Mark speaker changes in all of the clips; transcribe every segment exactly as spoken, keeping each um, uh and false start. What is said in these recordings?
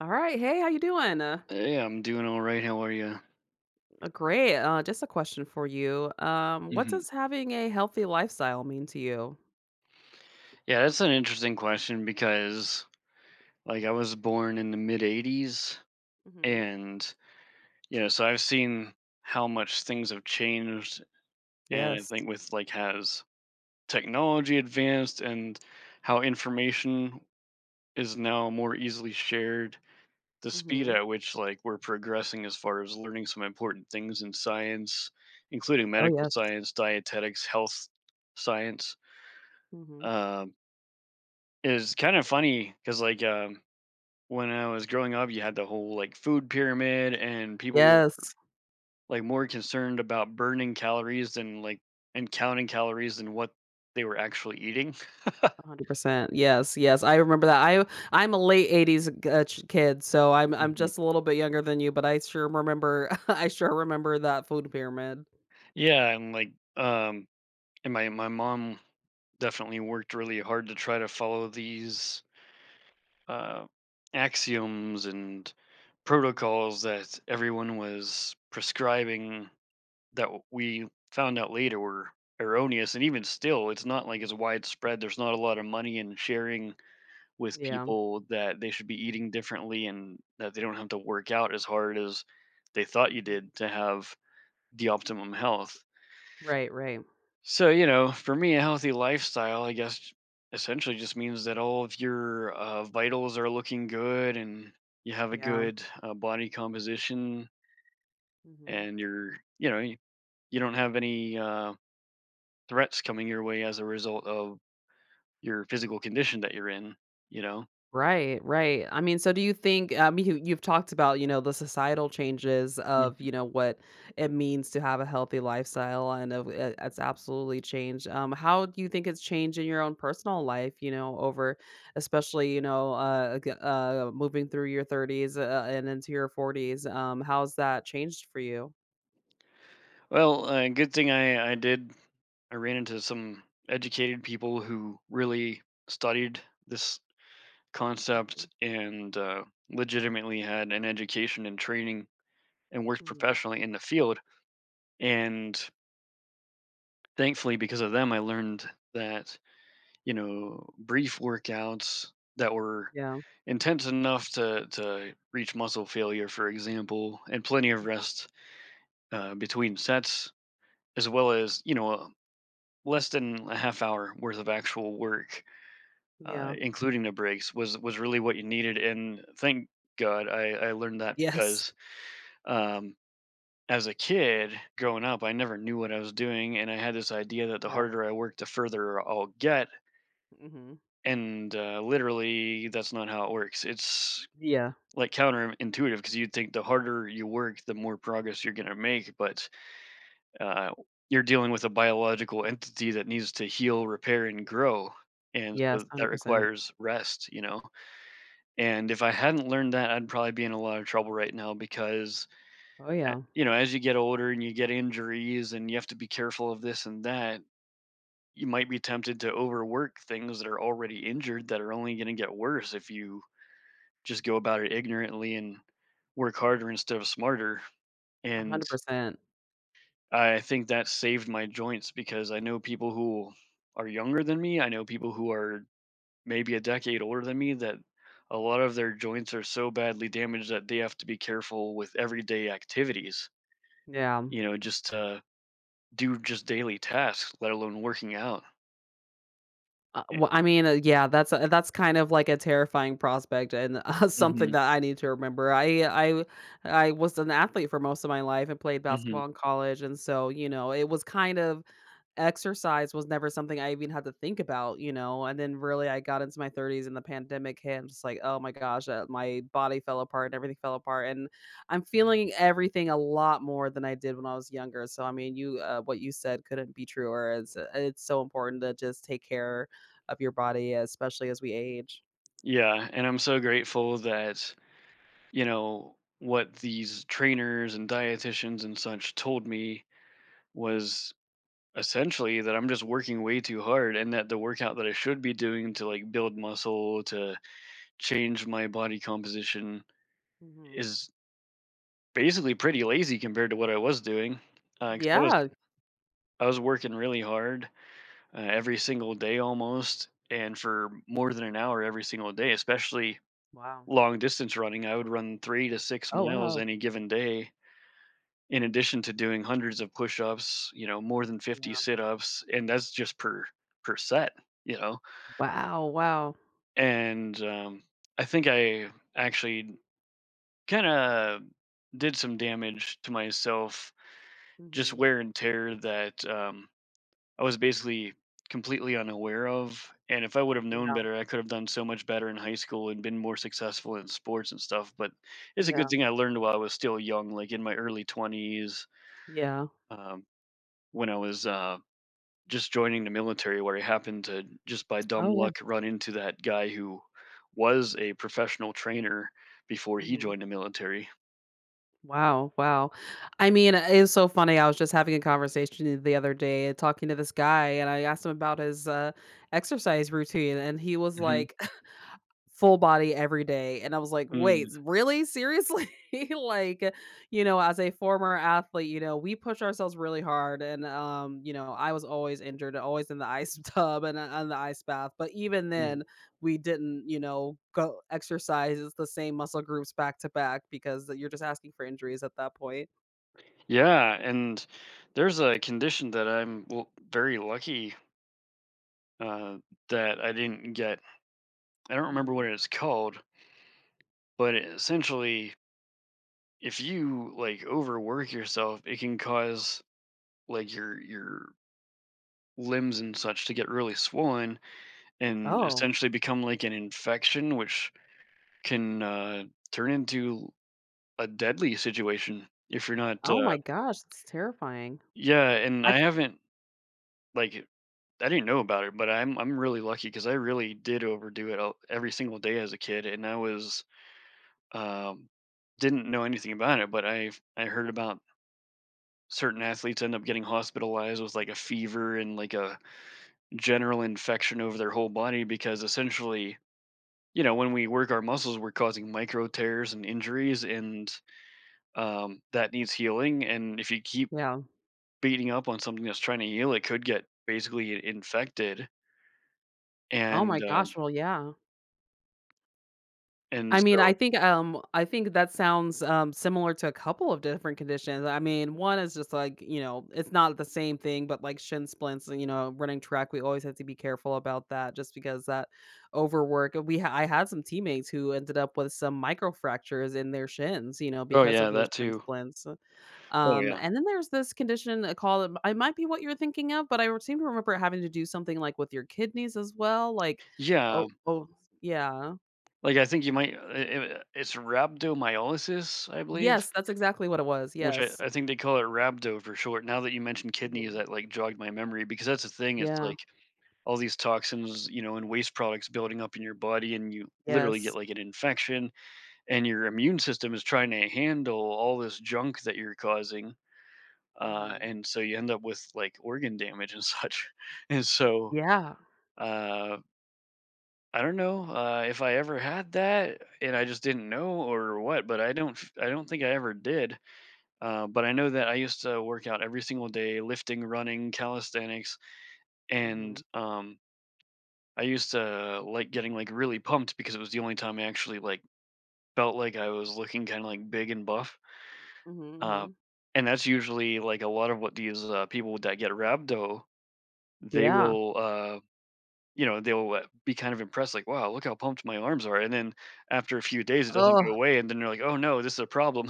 Speaker 1: All right. Hey, how you doing? Uh,
Speaker 2: Yeah, I'm doing all right. How are you?
Speaker 1: uh, great. Uh, just a question for you. Um, what
Speaker 2: Hmm.
Speaker 1: does having a healthy lifestyle mean to you?
Speaker 2: Yeah, that's an interesting question because, like, I was born in the mid eighties,
Speaker 1: Hmm
Speaker 2: and, you know, so I've seen how much things have changed. And I
Speaker 1: Yes.
Speaker 2: think with, like, has technology advanced and how information is now more easily shared, the speed
Speaker 1: hmm
Speaker 2: at which, like, we're progressing as far as learning some important things in science, including
Speaker 1: Oh,
Speaker 2: medical
Speaker 1: yes.
Speaker 2: science, dietetics, health science.
Speaker 1: hmm
Speaker 2: um, It kind of funny because, like, um, when I was growing up, you had the whole like food pyramid, and people were
Speaker 1: Yes.
Speaker 2: like more concerned about burning calories than like and counting calories than what they were actually eating.
Speaker 1: one hundred percent. Yes. Yes. I remember that. I I'm a late eighties g- uh, ch- kid, so I'm I'm
Speaker 2: Mhm.
Speaker 1: just a little bit younger than you, but I sure remember I sure remember that food pyramid.
Speaker 2: Yeah, and like, um, and my my mom definitely worked really hard to try to follow these uh, axioms and
Speaker 1: Hmm
Speaker 2: protocols that everyone was prescribing that w- we found out later were erroneous. And even still, it's not like it's widespread. There's not a lot of money in sharing with
Speaker 1: Yeah.
Speaker 2: people that they should be eating differently and that they don't have to work out as hard as they thought you
Speaker 1: hmm
Speaker 2: did to have the optimum health.
Speaker 1: Right, right.
Speaker 2: So, you know, for me a healthy lifestyle, I guess, essentially just means that all of your uh, vitals are looking good and you have a
Speaker 1: Yeah.
Speaker 2: good uh, body composition and you're, you know, you you don't have any uh, threats coming your way as a result of your physical condition that you're in, you know?
Speaker 1: Right, right. I mean, so do you think, I mean, you you've talked about, you know, the societal changes of,
Speaker 2: Mhm.
Speaker 1: you know, what it means to have a healthy lifestyle, and of it it's absolutely changed. Um, how do you think it's changed in your own personal life, you know, over, especially, you know, uh g- uh moving through your thirties uh, and into your forties. Um, how's that changed for you?
Speaker 2: Well, uh, good thing I, I did. I ran into some educated people who really studied this concept and uh, legitimately had an education and training and worked
Speaker 1: Mhm.
Speaker 2: professionally in the field. And thankfully, because of them, I learned that, you know, brief workouts that were
Speaker 1: Yeah.
Speaker 2: intense enough to to reach muscle failure, for example, and plenty of rest uh, between sets, as well as, you know, a- less than a half hour worth of actual work, uh,
Speaker 1: Yeah.
Speaker 2: including the breaks, was was really what you needed. And thank God I I learned that
Speaker 1: Yes.
Speaker 2: because. Um, as a kid growing up, I never knew what I was doing, and I had this idea that the
Speaker 1: Yeah.
Speaker 2: harder I work, the further I'll get.
Speaker 1: Mhm.
Speaker 2: And uh, literally, that's not how it works. It's
Speaker 1: Yeah.
Speaker 2: like counterintuitive because you'd think the harder you work, the more progress you're going to make, but uh, you're dealing with a biological entity that needs to heal, repair, and grow. And
Speaker 1: Yes,
Speaker 2: so that
Speaker 1: one hundred percent.
Speaker 2: requires rest, you know. And if I hadn't learned that, I'd probably be in a lot of trouble right now because,
Speaker 1: Oh
Speaker 2: uh,
Speaker 1: yeah,
Speaker 2: you know, as you get older and you get injuries and you have to be careful of this and that, you might be tempted to overwork things that are already injured that are only going to get worse if you just go about it ignorantly and work harder instead of smarter. And
Speaker 1: one hundred percent.
Speaker 2: I think that saved my joints because I know people who are younger than me, I know people who are maybe a decade older than me that a lot of their joints are so badly damaged that they have to be careful with everyday activities,
Speaker 1: Yeah.
Speaker 2: you know, just to do just daily tasks, let alone working out.
Speaker 1: Uh,
Speaker 2: Eh,
Speaker 1: well, I mean, uh, yeah, that's a that's kind of like a terrifying prospect, and uh, something
Speaker 2: Mhm.
Speaker 1: that I need to remember. I I I was an athlete for most of my life and played
Speaker 2: Mhm.
Speaker 1: basketball in college, and so you know it was kind of. Exercise was never something I even had to think about, you know, and then really I got into my thirties and the pandemic hit. I'm just like, "Oh my gosh, uh, my body fell apart and everything fell apart," and I'm feeling everything a lot more than I did when I was younger. So, I mean, you, uh what you said couldn't be truer. It's uh, it's so important to just take care of your body, especially as we age.
Speaker 2: Yeah, and I'm so grateful that, you know, what these trainers and dietitians and such told me was essentially that I'm just working way too hard and that the workout that I should be doing to like build muscle, to change my body composition,
Speaker 1: Mhm.
Speaker 2: is basically pretty lazy compared to what I was doing. Uh, 'cause I was
Speaker 1: Yeah.
Speaker 2: I was working really hard uh, every single day almost and for more than an hour every single day, especially
Speaker 1: Wow.
Speaker 2: long distance running. I would run three to six
Speaker 1: Oh,
Speaker 2: miles
Speaker 1: wow.
Speaker 2: any given day in addition to doing hundreds of push-ups, you know, more than fifty
Speaker 1: Yeah.
Speaker 2: sit-ups, and that's just per per set, you know.
Speaker 1: Wow, wow.
Speaker 2: And, um, I think I actually kinda did some damage to myself, just
Speaker 1: Mhm.
Speaker 2: wear and tear that, um, I was basically completely unaware of, and if I would've known
Speaker 1: Yeah,
Speaker 2: better, I could've done so much better in high school and been more successful in sports and stuff, but it's a good
Speaker 1: yeah,
Speaker 2: thing I learned while I was still young, like, in my early twenties,
Speaker 1: yeah.
Speaker 2: um, when I was, uh just joining the military where I happened to just by dumb
Speaker 1: Oh, yeah.
Speaker 2: luck run into that guy who was a professional trainer before he
Speaker 1: Mhm.
Speaker 2: joined the military.
Speaker 1: Wow, wow. I mean, it's so funny. I was just having a conversation the other day and talking to this guy, and I asked him about his uh, exercise routine, and he was
Speaker 2: Mhm.
Speaker 1: like, full body every day. And I was like,
Speaker 2: Mm,
Speaker 1: "Wait, really? Seriously?" Like, you know, as a former athlete, you know, we push ourselves really hard, and, um, you know, I was always injured, always in the ice tub and, uh, and the ice bath, but even
Speaker 2: mhm.
Speaker 1: then, we didn't, you know, go exercise the same muscle groups back to back because you're just asking for injuries at that point.
Speaker 2: Yeah, and there's a condition that I'm, well, very lucky, uh, that I didn't get. I don't remember
Speaker 1: Mhm.
Speaker 2: what it's called, but it essentially, if you, like, overwork yourself, it can cause, like, your your limbs and such to get really swollen and
Speaker 1: Oh.
Speaker 2: essentially become like an infection, which can uh, turn into a deadly situation if you're not.
Speaker 1: Oh
Speaker 2: Uh,
Speaker 1: my gosh, that's terrifying.
Speaker 2: yeah, and
Speaker 1: I
Speaker 2: I haven't like I didn't know about it, but I'm I'm really lucky because I really did overdo it all, every single day as a kid, and I was, um, didn't know anything about it, but I I heard about certain athletes end up getting hospitalized with like a fever and like a general infection over their whole body because essentially, you know, when we work our muscles, we're causing micro tears and injuries, and um, that needs healing. And if you keep
Speaker 1: Yeah.
Speaker 2: beating up on something that's trying to heal, it could get basically infected.
Speaker 1: Oh
Speaker 2: And
Speaker 1: my
Speaker 2: um,
Speaker 1: gosh, well, yeah.
Speaker 2: and
Speaker 1: I mean,
Speaker 2: so,
Speaker 1: I think, um, I think that sounds, um, similar to a couple of different conditions. I mean, one is just like, you know, it's not the same thing, but like shin splints, you know, running track, we always have to be careful about that, just because that overwork. We ha- I had some teammates who ended up with some microfractures in their shins, you know,
Speaker 2: oh
Speaker 1: because of
Speaker 2: yeah,
Speaker 1: those
Speaker 2: that
Speaker 1: shin
Speaker 2: too.
Speaker 1: splints.
Speaker 2: Oh
Speaker 1: Um,
Speaker 2: yeah,
Speaker 1: and then there's this condition uh, called, I might be what you're thinking of, but I seem to remember having to do something like with your kidneys as well. Like,
Speaker 2: yeah.
Speaker 1: oh, oh, yeah.
Speaker 2: Like I think you might. i- i- It's rhabdomyolysis, I believe,
Speaker 1: Yes, that's exactly what it was,
Speaker 2: which I,
Speaker 1: yes.
Speaker 2: I think they call it rhabdo for short. Now that you mentioned kidneys,
Speaker 1: Mhm.
Speaker 2: that like jogged my memory because that's the thing. It's
Speaker 1: Yeah,
Speaker 2: like all these toxins, you know, and waste products building up in your body, and you literally get
Speaker 1: yes.
Speaker 2: like an infection, and your immune system is trying to handle all this junk that you're causing. Uh,
Speaker 1: Mhm.
Speaker 2: and so you end up with like organ damage and such. And so
Speaker 1: Yeah.
Speaker 2: uh, I don't know uh, if I ever had that and I just didn't know or what, but I don't f- I don't think I ever did. Uh, but I know that I used to work out every single day, lifting, running, calisthenics, and
Speaker 1: Mhm.
Speaker 2: um, I used to like getting like really pumped because it was the only time I actually like felt like I was looking kind of like big and buff.
Speaker 1: Mhm,
Speaker 2: Uh,
Speaker 1: mhm.
Speaker 2: and that's usually like a lot of what these uh, people that get rhabdo, they
Speaker 1: Yeah.
Speaker 2: will, uh, you know, they'll uh, be kind of impressed, like, wow, look how pumped my arms are. And then after a few days, it doesn't go
Speaker 1: Oh,
Speaker 2: away. And then they're like, oh no, this is a problem.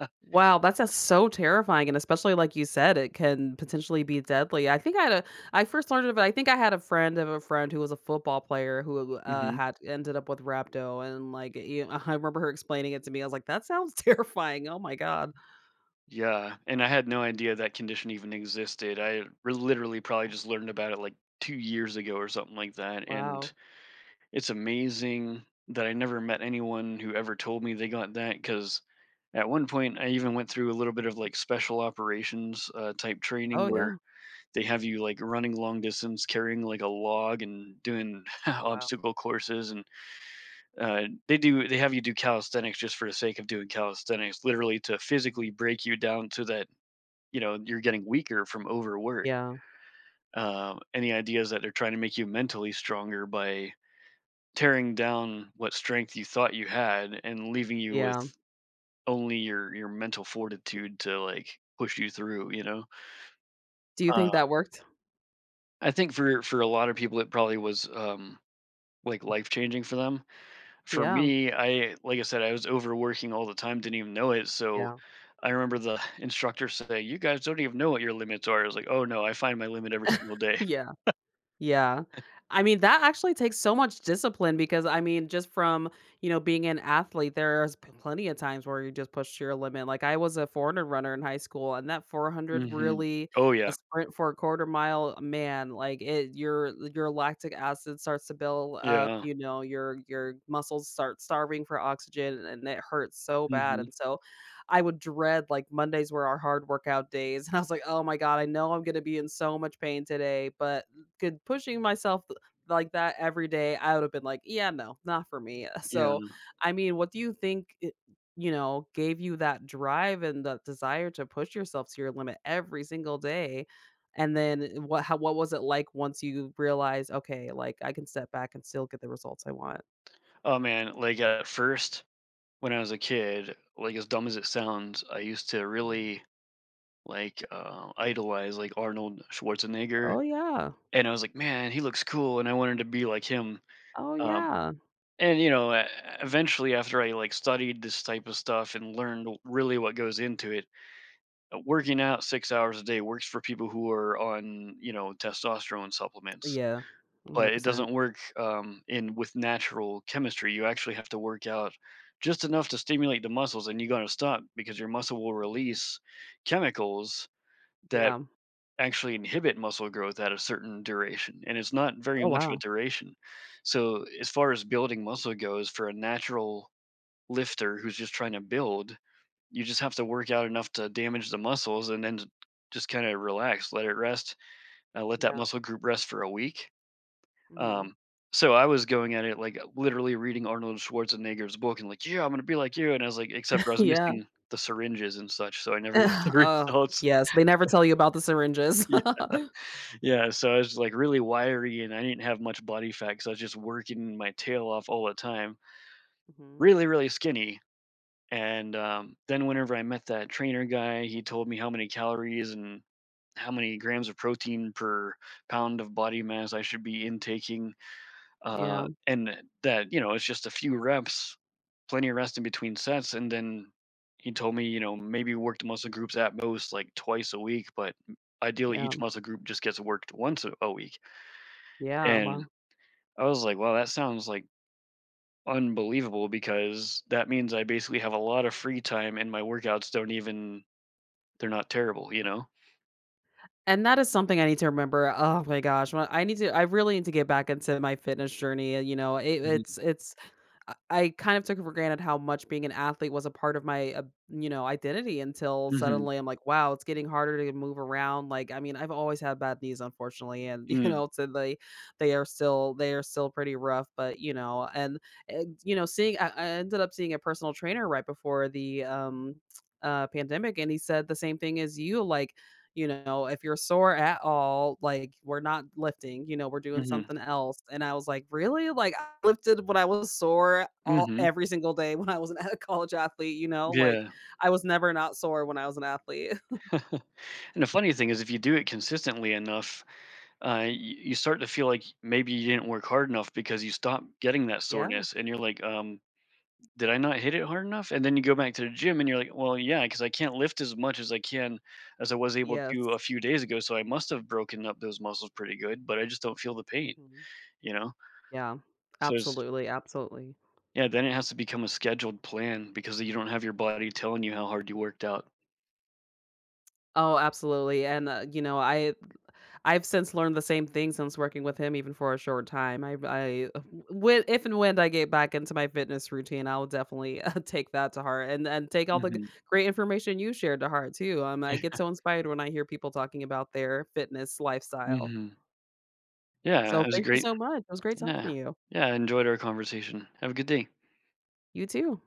Speaker 1: wow, that sounds so terrifying, and especially like you said, it can potentially be deadly. I think I had a I first learned of it. I think I had a friend of a friend who was a football player who, uh,
Speaker 2: Hmm.
Speaker 1: had ended up with rhabdo, and, like, you I remember her explaining it to me, I was like, "That sounds terrifying, oh my god."
Speaker 2: Yeah, and I had no idea that condition even existed. I re- literally probably just learned about it like two years ago or something like that. And
Speaker 1: Wow.
Speaker 2: it's amazing that I never met anyone who ever told me they got that. Because at one point, I even went through a little bit of, like, special operations, uh, type training
Speaker 1: Oh,
Speaker 2: where
Speaker 1: yeah.
Speaker 2: they have you, like, running long distance, carrying, like, a log and doing
Speaker 1: Oh, wow.
Speaker 2: obstacle courses, and, uh, they do they have you do calisthenics just for the sake of doing calisthenics, literally to
Speaker 1: Mhm.
Speaker 2: physically break you down so that, you know, you're getting weaker from overwork.
Speaker 1: Yeah,
Speaker 2: Um, and the idea is that they're trying to make you mentally stronger by tearing down what strength you thought you had and leaving you with
Speaker 1: yeah.
Speaker 2: only your your mental fortitude to like push you through, you know.
Speaker 1: Do you
Speaker 2: uh,
Speaker 1: think that worked?
Speaker 2: i think for for a lot of people it probably was, um like life changing for them. For
Speaker 1: Yeah,
Speaker 2: me, I, like I said, I was overworking all the time, didn't even know it. So
Speaker 1: yeah.
Speaker 2: I remember the instructor saying you guys don't even know what your limits are. I was like, oh no, I find my limit every single day.
Speaker 1: Yeah, yeah. I mean, that actually takes so much discipline, because I mean, just from, you know, being an athlete, there's p- plenty of times where you just push to your limit. Like I was a four hundred runner in high school, and that four hundred
Speaker 2: Hmm.
Speaker 1: really
Speaker 2: Oh
Speaker 1: a
Speaker 2: yeah.
Speaker 1: sprint for a quarter mile, man, like it your your lactic acid starts to build up,
Speaker 2: Yeah.
Speaker 1: you know, your your muscles start starving for oxygen and it hurts so bad.
Speaker 2: Hmm.
Speaker 1: And so I would dread like Mondays were our hard workout days and I was like, "Oh my god, I know I'm going to be in so much pain today, but could pushing myself like that every day, I would have been like, "Yeah, no, not for me."
Speaker 2: Yeah.
Speaker 1: So, I mean, what do you think it, you know, gave you that drive and that desire to push yourself to your limit every single day? And then eh, what how what was it like once you realized, "Okay, like, I can step back and still get the results I want?"
Speaker 2: Oh man, like at first when I was a kid, like as dumb as it sounds, I used to
Speaker 1: Mhm.
Speaker 2: really like uh, idolize like Arnold Schwarzenegger,
Speaker 1: Oh, yeah.
Speaker 2: and I was like, man, he looks cool, and I wanted to be like him.
Speaker 1: Oh,
Speaker 2: Um,
Speaker 1: yeah.
Speaker 2: and you know, e- eventually, after I like studied this type of stuff and learned really what goes into it, uh, working out six hours a day works for people who are on, you know, testosterone supplements.
Speaker 1: Yeah.
Speaker 2: But it doesn't
Speaker 1: one hundred percent.
Speaker 2: work, um, in with natural chemistry. You actually have to work out just enough to stimulate the muscles, and you gotta stop because your muscle will
Speaker 1: Mhm.
Speaker 2: release chemicals that
Speaker 1: Yeah.
Speaker 2: actually inhibit muscle growth at a certain duration, and it's not very
Speaker 1: Oh,
Speaker 2: much of a
Speaker 1: wow.
Speaker 2: duration. So, as far as building muscle goes, for a natural lifter who's just trying to build, you just have to work out enough to damage the muscles and then just kinda relax, let it rest, and let that
Speaker 1: Yeah.
Speaker 2: muscle group rest for a week.
Speaker 1: Mhm.
Speaker 2: Um, so I was going at it like literally reading Arnold Schwarzenegger's book and like, yeah, I'm gonna be like you. And I was like, except for I was
Speaker 1: Yeah.
Speaker 2: missing the syringes and such, so I never got
Speaker 1: Ugh,
Speaker 2: the
Speaker 1: oh,
Speaker 2: results.
Speaker 1: yes, they never tell you about the syringes.
Speaker 2: Yeah, yeah. So I was like really wiry and I didn't have much body fat because I was just working my tail off all the time.
Speaker 1: Mhm.
Speaker 2: Really, really skinny. And um, then whenever I met that trainer guy, he told me how many calories and how many grams of protein per pound of body mass I should be intaking. Uh,
Speaker 1: Yeah,
Speaker 2: and that, you know, it's just a few reps, plenty of rest in between sets, and then he told me, you know, maybe work the muscle groups at most like twice a week, but ideally
Speaker 1: yeah,
Speaker 2: each muscle group just gets worked once a, a week.
Speaker 1: yeah,
Speaker 2: And
Speaker 1: wow.
Speaker 2: I was like, wow, that sounds like unbelievable because that means I basically have a lot of free time and my workouts don't even, they're not terrible, you know?
Speaker 1: And that is something I need to remember. Oh my gosh, when I need to, I really need to get back into my fitness journey, you know, it it's
Speaker 2: Hmm.
Speaker 1: it's I I kind of took for granted how much being an athlete was a part of my, uh, you know, identity, until
Speaker 2: Hmm.
Speaker 1: suddenly I'm like, wow, it's getting harder to move around. Like, I mean, I've always had bad knees, unfortunately, and you know, so they they are still they are still pretty rough. But you know, and uh, you know, seeing I, I ended up seeing a personal trainer right before the um uh pandemic, and he said the same thing as you, like, you know, if you're sore at all, like, we're not lifting, you know, we're doing
Speaker 2: Mm-hmm.
Speaker 1: something else. And I was like, "Really?" Like, I lifted when I was sore all
Speaker 2: Mm-hmm.
Speaker 1: every single day when I was an a college athlete, you know, like,
Speaker 2: Yeah.
Speaker 1: I was never not sore when I was an athlete.
Speaker 2: And the funny thing is, if you do it consistently enough, uh, y- you start to feel like maybe you didn't work hard enough because you stop getting that
Speaker 1: Yeah,
Speaker 2: soreness and you're like, um, did I not hit it hard enough? And then you go back to the gym and you're like, well, yeah, because I can't lift as much as I can as I was able
Speaker 1: yes.
Speaker 2: to a few days ago. So I must have broken up those muscles pretty good, but I just don't feel the pain,
Speaker 1: Mhm.
Speaker 2: you know?
Speaker 1: Yeah,
Speaker 2: So it's,
Speaker 1: absolutely, absolutely.
Speaker 2: yeah, then it has to become a scheduled plan because you don't have your body telling you how hard you worked out.
Speaker 1: Oh, absolutely, and, uh, you know, I I've since learned the same thing since working with him even for a short time. I I uh, When if and when I get back into my fitness routine, I'll definitely, uh, take that to heart, and and take all the g
Speaker 2: Hmm.
Speaker 1: great information you shared to heart too. Um, I get so inspired when I hear people talking about their fitness lifestyle.
Speaker 2: Hmm. Yeah,
Speaker 1: So,
Speaker 2: it was
Speaker 1: thank you
Speaker 2: great.
Speaker 1: so much. It was great talking
Speaker 2: Yeah.
Speaker 1: to you.
Speaker 2: Yeah, I enjoyed our conversation. Have a good day.
Speaker 1: You too.